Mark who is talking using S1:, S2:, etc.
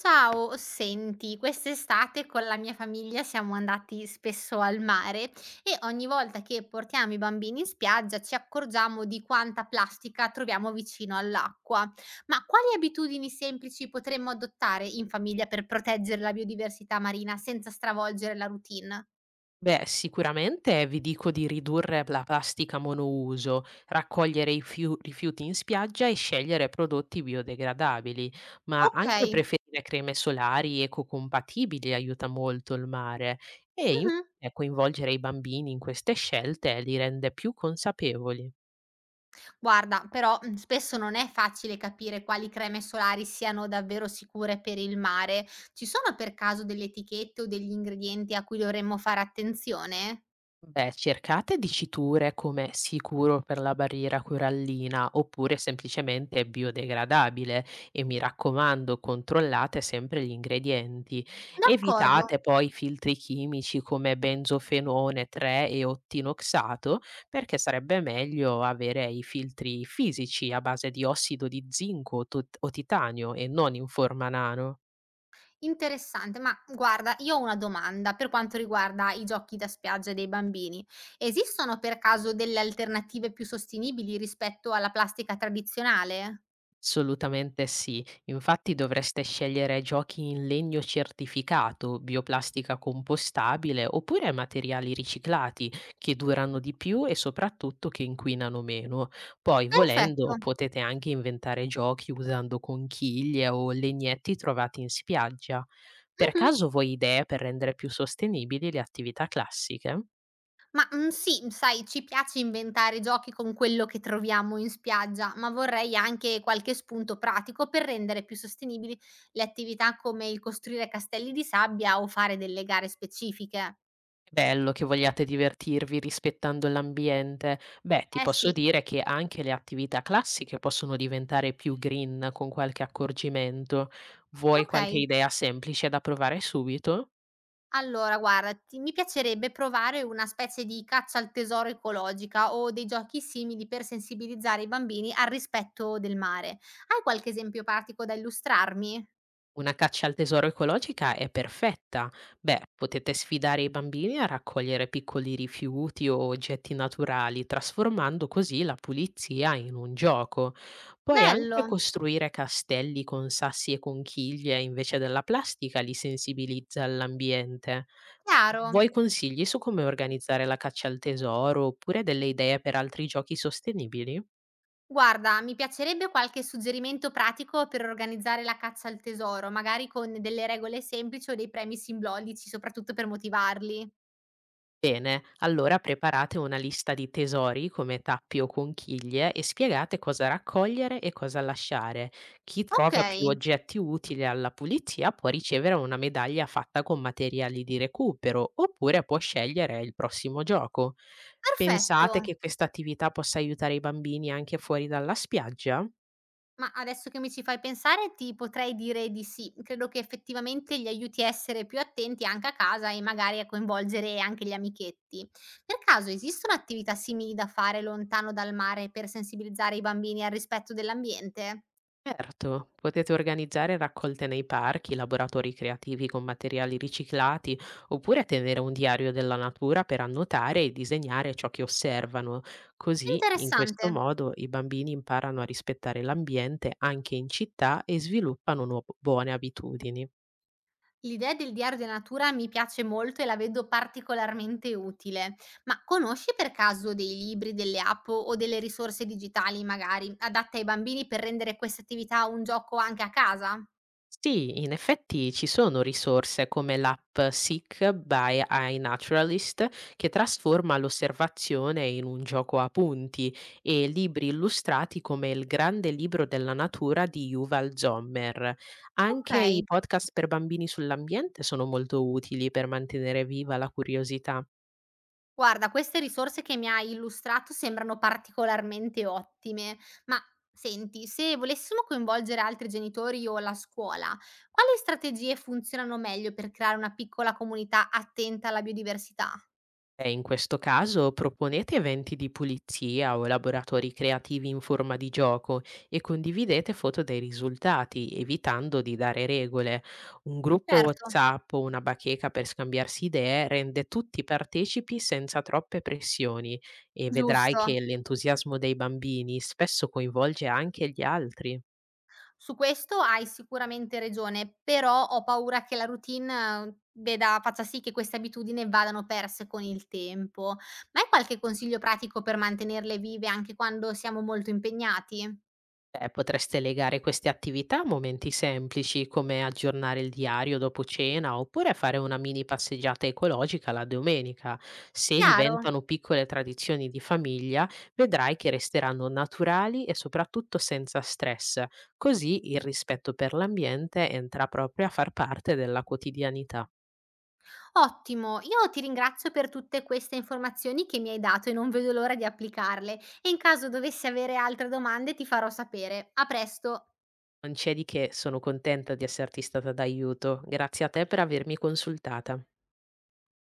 S1: Ciao, senti, quest'estate con la mia famiglia siamo andati spesso al mare e ogni volta che portiamo i bambini in spiaggia ci accorgiamo di quanta plastica troviamo vicino all'acqua. Ma quali abitudini semplici potremmo adottare in famiglia per proteggere la biodiversità marina senza stravolgere la routine?
S2: Beh, sicuramente vi dico di ridurre la plastica monouso, raccogliere i rifiuti in spiaggia e scegliere prodotti biodegradabili, ma
S1: Ok.
S2: anche preferire creme solari ecocompatibili aiuta molto il mare e
S1: Mhm.
S2: infine coinvolgere i bambini in queste scelte li rende più consapevoli.
S1: Guarda, però, spesso non è facile capire quali creme solari siano davvero sicure per il mare. Ci sono per caso delle etichette o degli ingredienti a cui dovremmo fare attenzione?
S2: Beh, cercate diciture come sicuro per la barriera corallina oppure semplicemente biodegradabile e mi raccomando, controllate sempre gli ingredienti.
S1: D'accordo,
S2: Evitate poi filtri chimici come benzofenone 3 e ottinoxato perché sarebbe meglio avere i filtri fisici a base di ossido di zinco o o titanio e non in forma nano.
S1: interessante. Ma guarda, io ho una domanda per quanto riguarda i giochi da spiaggia dei bambini. Esistono per caso delle alternative più sostenibili rispetto alla plastica tradizionale?
S2: Assolutamente sì, infatti dovreste scegliere giochi in legno certificato, bioplastica compostabile oppure materiali riciclati che durano di più e soprattutto che inquinano meno. Poi,
S1: Perfetto.
S2: volendo, potete anche inventare giochi usando conchiglie o legnetti trovati in spiaggia. Per
S1: Mh-mh.
S2: caso vuoi idee per rendere più sostenibili le attività classiche?
S1: Ma, sì, sai, ci piace inventare giochi con quello che troviamo in spiaggia, ma vorrei anche qualche spunto pratico per rendere più sostenibili le attività come il costruire castelli di sabbia o fare delle gare specifiche.
S2: Bello che vogliate divertirvi rispettando l'ambiente. Beh, ti
S1: Eh
S2: posso
S1: sì,
S2: dire che anche le attività classiche possono diventare più green con qualche accorgimento. Vuoi qualche
S1: okay.
S2: idea semplice da provare subito?
S1: Allora guarda, ti mi piacerebbe provare una specie di caccia al tesoro ecologica o dei giochi simili per sensibilizzare i bambini al rispetto del mare. Hai qualche esempio pratico da illustrarmi?
S2: Una caccia al tesoro ecologica è perfetta. Beh, potete sfidare i bambini a raccogliere piccoli rifiuti o oggetti naturali, trasformando così la pulizia in un gioco. Puoi anche
S1: Bello,
S2: costruire castelli con sassi e conchiglie invece della plastica, li sensibilizza all'ambiente.
S1: chiaro.
S2: Vuoi consigli su come organizzare la caccia al tesoro oppure delle idee per altri giochi sostenibili?
S1: Guarda, mi piacerebbe qualche suggerimento pratico per organizzare la caccia al tesoro, magari con delle regole semplici o dei premi simbolici, soprattutto per motivarli.
S2: Bene, allora preparate una lista di tesori come tappi o conchiglie e spiegate cosa raccogliere e cosa lasciare. Chi
S1: Ok,
S2: trova più oggetti utili alla pulizia può ricevere una medaglia fatta con materiali di recupero oppure può scegliere il prossimo gioco. Pensate
S1: perfetto.
S2: che questa attività possa aiutare i bambini anche fuori dalla spiaggia?
S1: Ma adesso che mi ci fai pensare, ti potrei dire di sì. Credo che effettivamente gli aiuti a essere più attenti anche a casa e magari a coinvolgere anche gli amichetti. Per caso esistono attività simili da fare lontano dal mare per sensibilizzare i bambini al rispetto dell'ambiente?
S2: Certo, potete organizzare raccolte nei parchi, laboratori creativi con materiali riciclati, oppure tenere un diario della natura per annotare e disegnare ciò che osservano. Così, in
S1: Interessante.
S2: questo modo, i bambini imparano a rispettare l'ambiente anche in città e sviluppano nuove buone abitudini.
S1: L'idea del diario della natura mi piace molto e la vedo particolarmente utile, ma conosci per caso dei libri, delle app o delle risorse digitali magari adatte ai bambini per rendere questa attività un gioco anche a casa?
S2: Sì, in effetti ci sono risorse come l'app Seek by iNaturalist che trasforma l'osservazione in un gioco a punti e libri illustrati come Il grande libro della natura di Yuval Zommer.
S1: Ok,
S2: Anche i podcast per bambini sull'ambiente sono molto utili per mantenere viva la curiosità.
S1: guarda, queste risorse che mi hai illustrato sembrano particolarmente ottime, ma senti, se volessimo coinvolgere altri genitori o la scuola, quali strategie funzionano meglio per creare una piccola comunità attenta alla biodiversità?
S2: In questo caso proponete eventi di pulizia o laboratori creativi in forma di gioco e condividete foto dei risultati, evitando di dare regole. Un gruppo
S1: Certo,
S2: WhatsApp o una bacheca per scambiarsi idee rende tutti partecipi senza troppe pressioni e vedrai
S1: giusto.
S2: che l'entusiasmo dei bambini spesso coinvolge anche gli altri.
S1: Su questo hai sicuramente ragione, però ho paura che la routine veda faccia sì che queste abitudini vadano perse con il tempo. Ma hai qualche consiglio pratico per mantenerle vive anche quando siamo molto impegnati?
S2: Potreste legare queste attività a momenti semplici come aggiornare il diario dopo cena oppure fare una mini passeggiata ecologica la domenica. Se
S1: Chiaro,
S2: diventano piccole tradizioni di famiglia, vedrai che resteranno naturali e soprattutto senza stress. Così il rispetto per l'ambiente entra proprio a far parte della quotidianità.
S1: ottimo. Io ti ringrazio per tutte queste informazioni che mi hai dato e non vedo l'ora di applicarle. E in caso dovessi avere altre domande ti farò sapere. A presto.
S2: Non c'è di che, sono contenta di esserti stata d'aiuto. Grazie a te per avermi consultata.